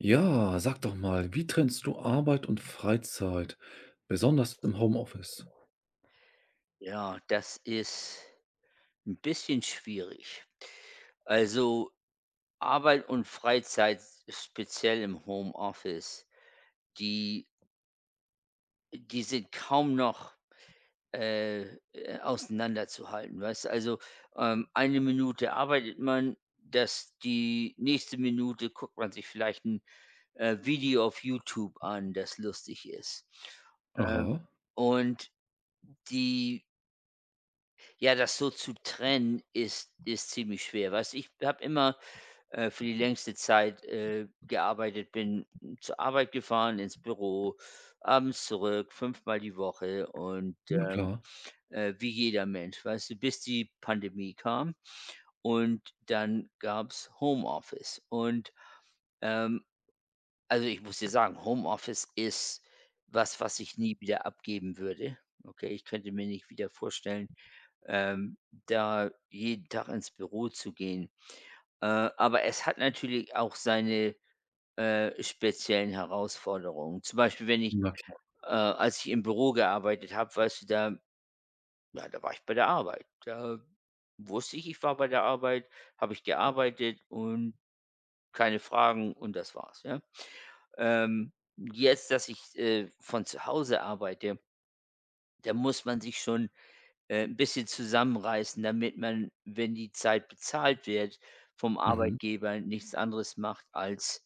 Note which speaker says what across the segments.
Speaker 1: Ja, sag doch mal, wie trennst du Arbeit und Freizeit, besonders im Homeoffice?
Speaker 2: Ja, das ist ein bisschen schwierig. Also, Arbeit und Freizeit, speziell im Homeoffice, die die sind kaum noch, äh, auseinanderzuhalten, weißt du? Also, eine Minute arbeitet man, das die nächste Minute guckt man sich vielleicht ein Video auf YouTube an, das lustig ist. Ähm,
Speaker 1: Aha,
Speaker 2: und die Ja, das so zu trennen ist ziemlich schwer. Weißt du, ich habe immer, für die längste Zeit, gearbeitet, bin zur Arbeit gefahren, ins Büro, abends zurück, fünfmal die Woche und,
Speaker 1: na klar,
Speaker 2: wie jeder Mensch, weißt du, bis die Pandemie kam und dann gab's Homeoffice und, ähm, also, ich muss dir sagen, Homeoffice ist was, was ich nie wieder abgeben würde. Okay, ich könnte mir nicht wieder vorstellen, ähm, da jeden Tag ins Büro zu gehen. Aber es hat natürlich auch seine, speziellen Herausforderungen. Zum Beispiel, wenn ich
Speaker 1: na klar.
Speaker 2: als ich im Büro gearbeitet habe, weißt du, da, ja, da war ich bei der Arbeit. Da wusste ich, ich war bei der Arbeit, habe ich gearbeitet und keine Fragen und das war's, ja? Ähm, jetzt, dass ich, von zu Hause arbeite, da muss man sich schon 'n bisschen zusammenreißen, damit man, wenn die Zeit bezahlt wird, vom
Speaker 1: Mhm.
Speaker 2: Arbeitgeber nichts anderes macht als,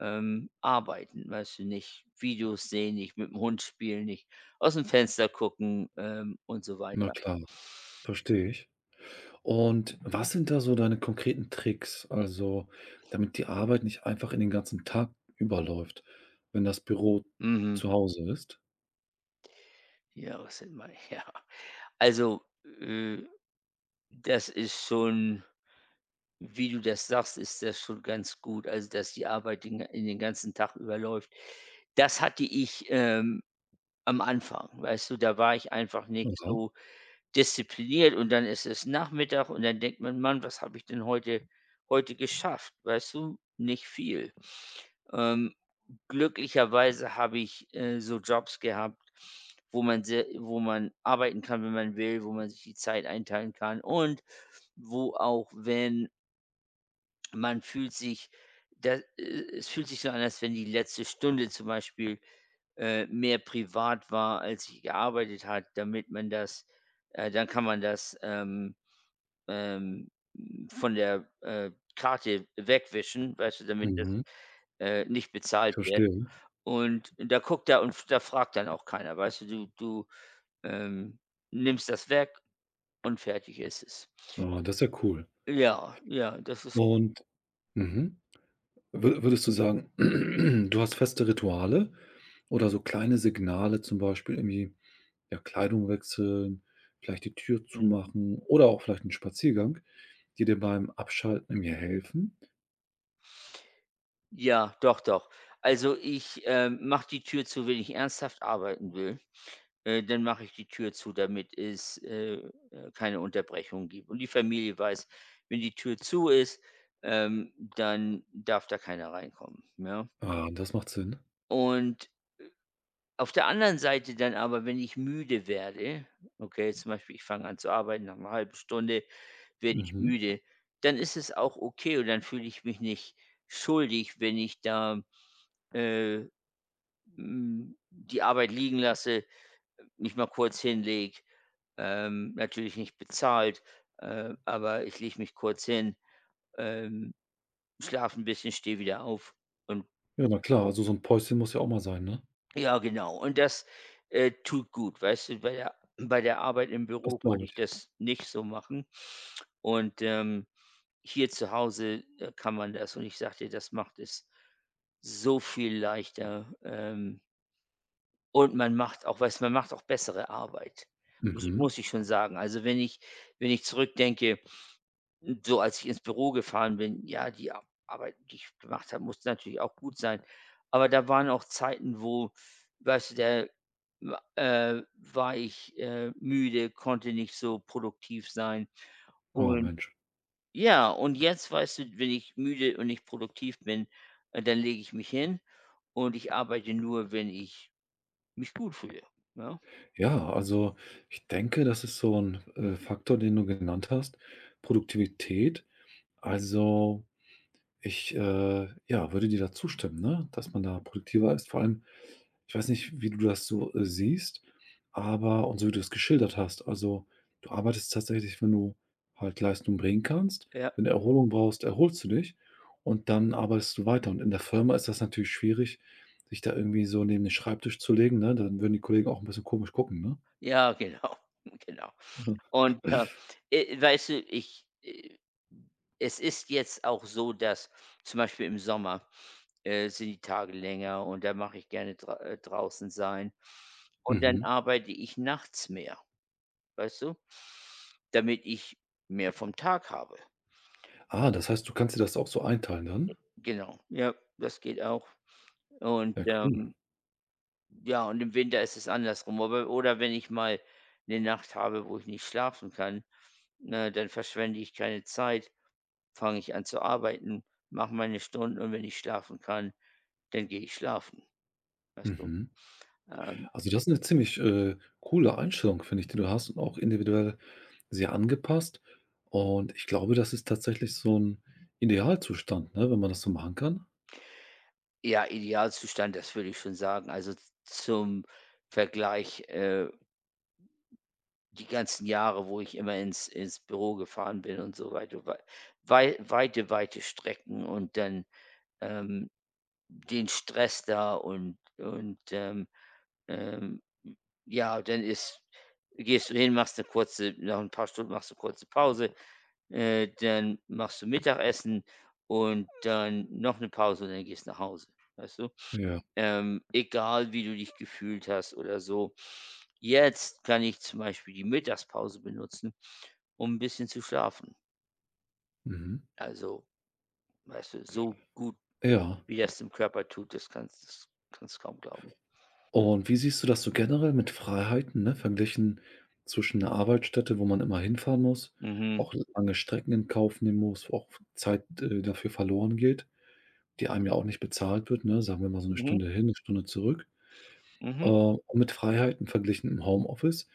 Speaker 2: arbeiten. Weißt du, nicht Videos sehen, nicht mit dem Hund spielen, nicht aus dem Fenster gucken, und so
Speaker 1: Na
Speaker 2: weiter.
Speaker 1: klar, verstehe ich. Und was sind da so deine konkreten Tricks, also damit die Arbeit nicht einfach in den ganzen Tag überläuft, wenn das Büro
Speaker 2: Mhm.
Speaker 1: zu Hause ist?
Speaker 2: Ja, was sind meine ja. Also, äh, das ist schon wie du das sagst, ist das schon ganz gut, also, dass die Arbeit den in den ganzen Tag überläuft. Das hatte ich, am Anfang, weißt du, da war ich einfach nicht
Speaker 1: Aha,
Speaker 2: so diszipliniert und dann ist es Nachmittag und dann denkt man: „Mann, was habe ich denn heute geschafft?“ Weißt du, nicht viel. Ähm, glücklicherweise habe ich, so Jobs gehabt, wo man sehr, wo man arbeiten kann, wenn man will, wo man sich die Zeit einteilen kann und wo auch, wenn man fühlt sich da es fühlt sich so an, als wenn die letzte Stunde zum Beispiel mehr privat war, als ich gearbeitet hat, damit man das dann kann man das, ähm, von der, Karte wegwischen, weißt du, damit das,
Speaker 1: mhm.
Speaker 2: nicht
Speaker 1: Ich
Speaker 2: bezahlt wird.
Speaker 1: verstehe.
Speaker 2: Und da guckt er und da fragt dann auch keiner, weißt du? Du ähm, nimmst das weg und fertig ist es.
Speaker 1: Ah, das ist ja cool.
Speaker 2: Ja, ja, das ist.
Speaker 1: Und mhm. Würdest du sagen, du hast feste Rituale oder so kleine Signale, zum Beispiel irgendwie, ja, Kleidung wechseln, vielleicht die Tür
Speaker 2: Mhm.
Speaker 1: zumachen oder auch vielleicht 'n Spaziergang, die dir beim Abschalten irgendwie helfen?
Speaker 2: Ja, doch, doch. Also, ich, mache die Tür zu, wenn ich ernsthaft arbeiten will, dann mache ich die Tür zu, damit es, keine Unterbrechung gibt. Und die Familie weiß, wenn die Tür zu ist, dann darf da keiner reinkommen, ja?
Speaker 1: Ah, das macht Sinn.
Speaker 2: Und auf der anderen Seite dann aber, wenn ich müde werde, okay, zum Beispiel, ich fange an zu arbeiten, nach einer halben Stunde werde ich
Speaker 1: Mhm.
Speaker 2: müde, dann ist es auch okay und dann fühle ich mich nicht schuldig, wenn ich da, äh die Arbeit liegen lasse, nicht mal kurz hinlege, natürlich nicht bezahlt, aber ich lege mich kurz hin, ähm, schlafe ein bisschen, stehe wieder auf und
Speaker 1: Ja, na klar, also so ein Päuschen muss ja auch mal sein, ne?
Speaker 2: ja, genau. Und das, tut gut, weißt du? Bei der Arbeit im
Speaker 1: Das
Speaker 2: Büro
Speaker 1: glaube
Speaker 2: konnte ich
Speaker 1: ich.
Speaker 2: das nicht so machen und, hier zu Hause, kann man das und ich sage dir, das macht es so viel leichter. Und man macht auch Weiß, man macht auch bessere Arbeit, muss ich
Speaker 1: Mhm.
Speaker 2: muss ich schon sagen. Also, wenn ich zurückdenke, so als ich ins Büro gefahren bin, ja, die A Arbeit, die ich gemacht habe, musste natürlich auch gut sein. Aber da waren auch Zeiten, wo, weißt du, der war ich, müde, konnte nicht so produktiv sein.
Speaker 1: Oh,
Speaker 2: Und
Speaker 1: Mensch.
Speaker 2: ja, und jetzt, weißt du, wenn ich müde und nicht produktiv bin, dann lege ich mich hin und ich arbeite nur, wenn ich mich gut fühle, ja?
Speaker 1: Ja, also ich denke, das ist so ein Faktor, den du genannt hast, Produktivität. Also, ich, ja, würde dir da zustimmen, ne, dass man da produktiver ist. Vor allem, ich weiß nicht, wie du das so siehst, aber und so wie du es geschildert hast, also, du arbeitest tatsächlich, wenn du halt Leistung bringen kannst.
Speaker 2: Ja,
Speaker 1: Wenn du Erholung brauchst, erholst du dich und dann arbeitest du weiter. Und in der Firma ist das natürlich schwierig, sich da irgendwie so neben den Schreibtisch zu legen, ne? Dann würden die Kollegen auch ein bisschen komisch gucken, ne?
Speaker 2: ja, genau, genau. Und, weißt du, ich es ist jetzt auch so, dass zum Beispiel im Sommer, sind die Tage länger und da mache ich gerne draußen sein. Und dann
Speaker 1: Mhm.
Speaker 2: arbeite ich nachts mehr, weißt du? Damit ich mehr vom Tag habe.
Speaker 1: Ah, das heißt, du kannst dir das auch so einteilen dann?
Speaker 2: Genau, ja, das geht auch. Und,
Speaker 1: Ja, cool.
Speaker 2: ja, und im Winter ist es andersrum. Aber oder wenn ich mal eine Nacht habe, wo ich nicht schlafen kann, ne, dann verschwende ich keine Zeit, fange ich an zu arbeiten, mache meine Stunden und wenn ich schlafen kann, dann gehe ich schlafen, weißt du?
Speaker 1: Mhm.
Speaker 2: Ähm,
Speaker 1: Also, das ist eine ziemlich coole Einstellung, finde ich, die du hast und auch individuell sehr angepasst. Und ich glaube, das ist tatsächlich so ein Idealzustand, ne, wenn man das so machen kann.
Speaker 2: ja, Idealzustand, das würde ich schon sagen. Also, z zum Vergleich, die ganzen Jahre, wo ich immer ins Büro gefahren bin und so weiter, weite, weite Strecken und dann, ähm den Stress da und, ähm, ja, dann ist gehst du hin, machst eine kurze nach ein paar Stunden machst du kurze Pause, dann machst du Mittagessen und dann noch eine Pause und dann gehst du nach Hause, weißt du?
Speaker 1: Ja.
Speaker 2: Egal wie du dich gefühlt hast oder so. Jetzt kann ich zum Beispiel die Mittagspause benutzen, um ein bisschen zu schlafen.
Speaker 1: Mhm.
Speaker 2: Also, weißt du, so gut,
Speaker 1: Ja.
Speaker 2: wie das dem Körper tut, das kannst kaum glauben.
Speaker 1: Und wie siehst du das so generell mit Freiheiten, ne, verglichen zwischen einer Arbeitsstätte, wo man immer hinfahren muss,
Speaker 2: Mhm.
Speaker 1: auch lange Strecken in Kauf nehmen muss, wo auch Zeit dafür verloren geht, die einem ja auch nicht bezahlt wird, ne? Sagen wir mal so eine
Speaker 2: Mhm.
Speaker 1: Stunde hin, eine Stunde zurück.
Speaker 2: Mhm.
Speaker 1: Und mit Freiheiten verglichen im Homeoffice,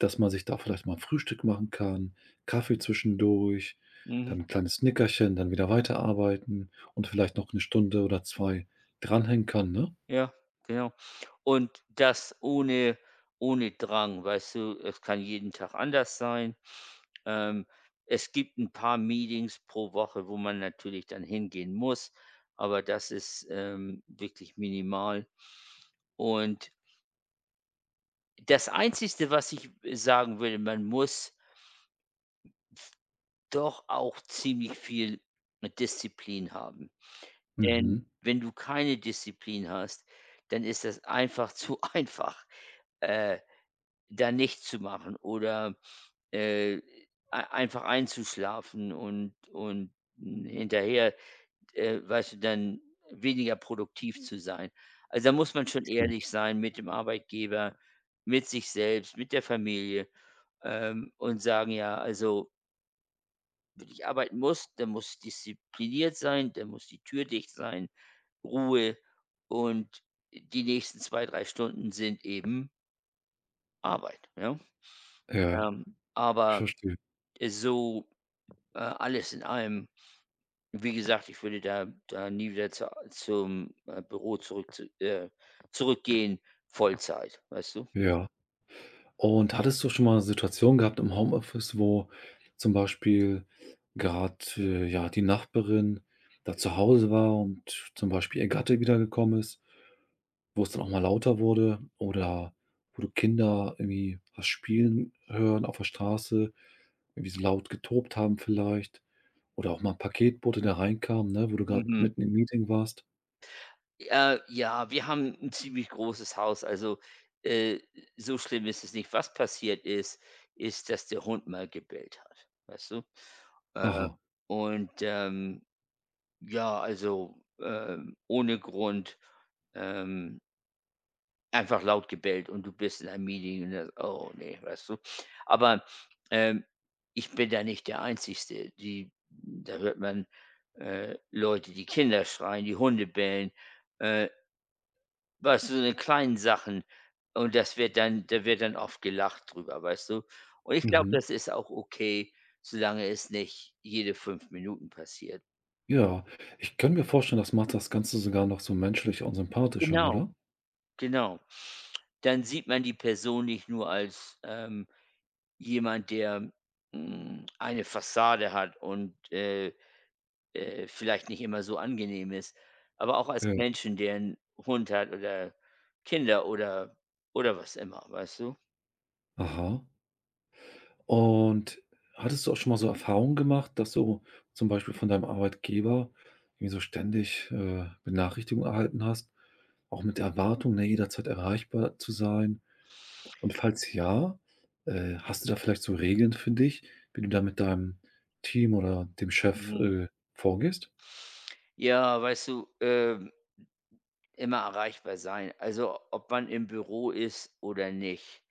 Speaker 1: dass man sich da vielleicht mal Frühstück machen kann, Kaffee zwischendurch,
Speaker 2: Mhm.
Speaker 1: dann ein kleines Nickerchen, dann wieder weiterarbeiten und vielleicht noch eine Stunde oder 2 dranhängen kann, ne?
Speaker 2: Ja, genau. Und das ohne Drang, weißt du? Es kann jeden Tag anders sein. Ähm, es gibt ein paar Meetings pro Woche, wo man natürlich dann hingehen muss, aber das ist, wirklich minimal. Und das Einzige, was ich sagen würde, man muss doch auch ziemlich viel Disziplin haben. Denn
Speaker 1: Mhm,
Speaker 2: wenn du keine Disziplin hast, dann ist das einfach zu einfach, äh, da nichts zu machen oder, äh, ei einfach einzuschlafen und hinterher, weißt du, dann weniger produktiv zu sein. Also, da muss man schon
Speaker 1: stimmt.
Speaker 2: ehrlich sein mit dem Arbeitgeber, mit sich selbst, mit der Familie, und sagen: „Ja, also, wenn ich arbeiten muss, dann muss ich diszipliniert sein, dann muss die Tür dicht sein, Ruhe und die nächsten 2, 3 Stunden sind eben Arbeit, ja?“
Speaker 1: Ja, ja,
Speaker 2: Ähm,
Speaker 1: ich
Speaker 2: aber
Speaker 1: verstehe.
Speaker 2: so, alles in allem, wie gesagt, ich würde da nie wieder zur zum, Büro äh, zurückgehen, Vollzeit, weißt du?
Speaker 1: Ja. Und hattest du schon mal eine Situation gehabt im Homeoffice, wo zum Beispiel gerade ja, die Nachbarin da zu Hause war und zum Beispiel ihr Gatte wiedergekommen ist, wo es dann auch mal lauter wurde oder wo du Kinder irgendwie was spielen hören auf der Straße, irgendwie so laut getobt haben vielleicht oder auch mal 'n Paketbote, der reinkam, ne, wo du grad
Speaker 2: Mhm.
Speaker 1: mitten im Meeting warst.
Speaker 2: Ja, wir haben ein ziemlich großes Haus, also, äh, so schlimm ist es nicht. Was passiert ist, ist, dass der Hund mal gebellt hat, weißt du? Äh,
Speaker 1: Aha,
Speaker 2: und, ja, also, ohne Grund, ähm, einfach laut gebellt und du bist in einem Meeting und das oh nee, weißt du? Aber, ähm, ich bin da nicht der Einzige. Die Da hört man, Leute, die Kinder schreien, die Hunde bellen, äh weißt du, so eine kleinen Sachen. Und das wird dann Da wird dann oft gelacht drüber, weißt du? Und ich glaube,
Speaker 1: mhm.
Speaker 2: das ist auch okay, solange es nicht jede 5 Minuten passiert.
Speaker 1: Ja, ich kann mir vorstellen, das macht das Ganze sogar noch so menschlicher und sympathischer,
Speaker 2: Genau,
Speaker 1: oder?
Speaker 2: genau. Dann sieht man die Person nicht nur als, jemand, der, eine Fassade hat und, vielleicht nicht immer so angenehm ist, aber auch als
Speaker 1: Ja.
Speaker 2: Menschen, der einen Hund hat oder Kinder oder was immer, weißt du?
Speaker 1: Aha. Und hattest du auch schon mal so Erfahrungen gemacht, dass du zum Beispiel von deinem Arbeitgeber irgendwie so ständig Benachrichtigungen erhalten hast, auch mit der Erwartung, ne, jederzeit erreichbar zu sein? Und falls ja, hast du da vielleicht so Regeln für dich, wie du da mit deinem Team oder dem Chef
Speaker 2: Mhm.
Speaker 1: vorgehst?
Speaker 2: Ja, weißt du, immer erreichbar sein. Also, ob man im Büro ist oder nicht,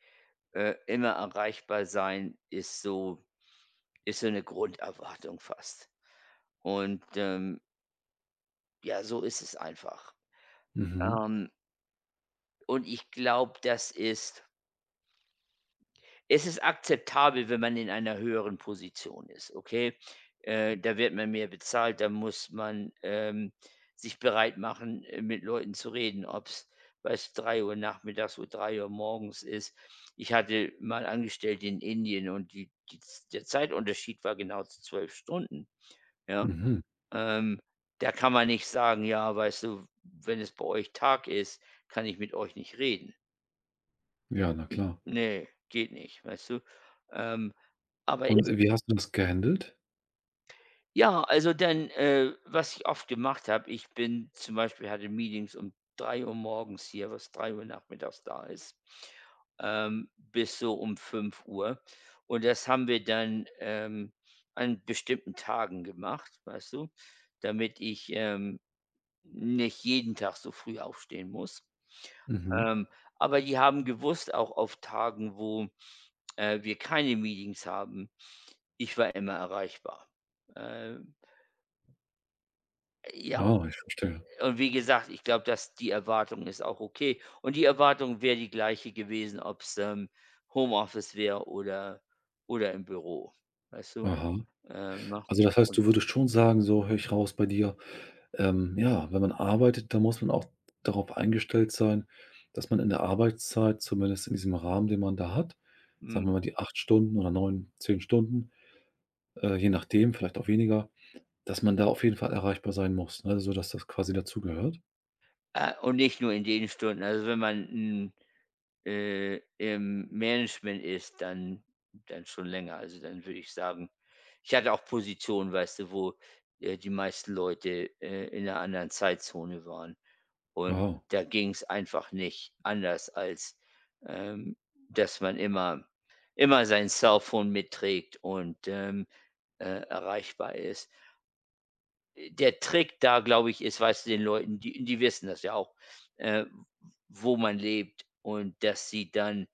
Speaker 2: immer erreichbar sein ist so eine Grunderwartung fast. Und, ja, so ist es einfach.
Speaker 1: Mhm,
Speaker 2: Ähm, und ich glaube, das ist es ist akzeptabel, wenn man in einer höheren Position ist, okay? Da wird man mehr bezahlt, da muss man, sich bereit machen, mit Leuten zu reden, ob's, weiß, 3 Uhr nachmittags oder 3 Uhr morgens ist. Ich hatte mal Angestellte in Indien und die die der Zeitunterschied war genau zu 12 Stunden, ja?
Speaker 1: mhm.
Speaker 2: Ähm, da kann man nicht sagen: „Ja, weißt du, wenn es bei euch Tag ist, kann ich mit euch nicht reden.“
Speaker 1: Ja, na klar.
Speaker 2: Ne, geht nicht, weißt du? Ähm, aber
Speaker 1: Und wie hast du das gehandelt?
Speaker 2: Ja, also dann, was ich oft gemacht habe, ich bin zum Beispiel hatte Meetings um 3 Uhr morgens hier, was 3 Uhr nachmittags da ist, bis so um 5 Uhr. Und das haben wir dann, an bestimmten Tagen gemacht, weißt du, damit ich, nicht jeden Tag so früh aufstehen muss.
Speaker 1: Mhm.
Speaker 2: Ähm, aber die haben gewusst, auch auf Tagen, wo, wir keine Meetings haben, ich war immer erreichbar. Äh ja,
Speaker 1: Ah, ich verstehe.
Speaker 2: und wie gesagt, ich glaube, dass die Erwartung ist auch okay. Und die Erwartung wäre die gleiche gewesen, ob's, Homeoffice wäre oder im Büro, weißt du?
Speaker 1: Aha.
Speaker 2: Ne?
Speaker 1: Also, das heißt,
Speaker 2: Und
Speaker 1: du würdest schon sagen, so höre ich raus bei dir, ähm, ja, wenn man arbeitet, dann muss man auch darauf eingestellt sein, dass man in der Arbeitszeit, zumindest in diesem Rahmen, den man da hat, sagen
Speaker 2: mhm.
Speaker 1: wir mal die 8 Stunden oder 9, 10 Stunden, je nachdem, vielleicht auch weniger, dass man da auf jeden Fall erreichbar sein muss, ne, sodass das quasi dazugehört.
Speaker 2: Und nicht nur in den Stunden. Also, wenn man, im Management ist, dann schon länger. Also, dann würde ich sagen, ich hatte auch Positionen, weißt du, wo, die meisten Leute, in einer anderen Zeitzone waren. Und
Speaker 1: Ja,
Speaker 2: da ging's einfach nicht anders, als, ähm, dass man immer sein Cellphone mitträgt und, erreichbar ist. Der Trick da, glaube ich, ist, weißt du, den Leuten, die wissen das ja auch, äh, wo man lebt und dass sie dann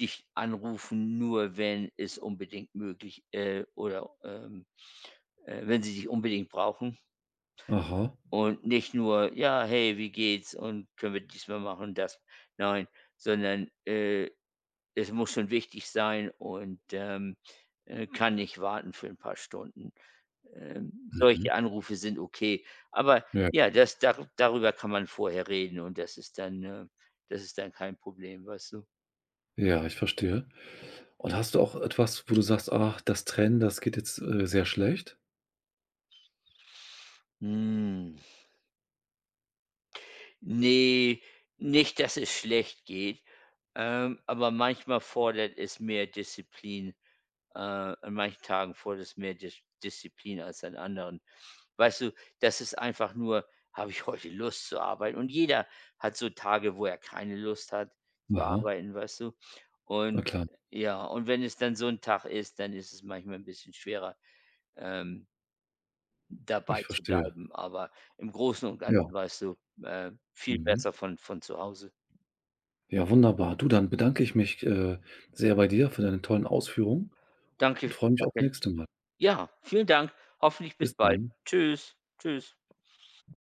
Speaker 2: dich anrufen, nur wenn es unbedingt möglich oder, wenn sie dich unbedingt brauchen.
Speaker 1: aha,
Speaker 2: Und nicht nur: „Ja, hey, wie geht's und können wir diesmal machen das?“ Nein, sondern, es muss schon wichtig sein und, kann nicht warten für ein paar Stunden. Ähm,
Speaker 1: mhm,
Speaker 2: solche Anrufe sind okay. Aber
Speaker 1: ja.
Speaker 2: ja, das daru darüber kann man vorher reden und das ist dann kein Problem, weißt du?
Speaker 1: Ja, ich verstehe. Und hast du auch etwas, wo du sagst: „Ach, das Trennen, das geht jetzt sehr schlecht?“
Speaker 2: Hm, ne, nicht, dass es schlecht geht, aber manchmal fordert es mehr Disziplin. An manchen Tagen fordert es mehr Disziplin als an anderen. Weißt du, das ist einfach nur, habe ich heute Lust zu arbeiten? Und jeder hat so Tage, wo er keine Lust hat zu
Speaker 1: Aha,
Speaker 2: arbeiten, weißt du?
Speaker 1: na
Speaker 2: Und
Speaker 1: klar,
Speaker 2: ja, und wenn es dann so ein Tag ist, dann ist es manchmal ein bisschen schwerer, ähm, dabei
Speaker 1: ich
Speaker 2: zu
Speaker 1: verstehe.
Speaker 2: bleiben. Aber im Großen und
Speaker 1: Ja,
Speaker 2: Ganzen, weißt du, viel
Speaker 1: mhm.
Speaker 2: besser von zu Hause.
Speaker 1: Ja, wunderbar. Du, dann bedanke ich mich sehr bei dir für deine tollen Ausführungen und
Speaker 2: Danke,
Speaker 1: freue mich aufs
Speaker 2: danke.
Speaker 1: nächste Mal.
Speaker 2: Ja, vielen Dank. Hoffentlich bis
Speaker 1: Bis
Speaker 2: bald.
Speaker 1: dann.
Speaker 2: Tschüss. Tschüss.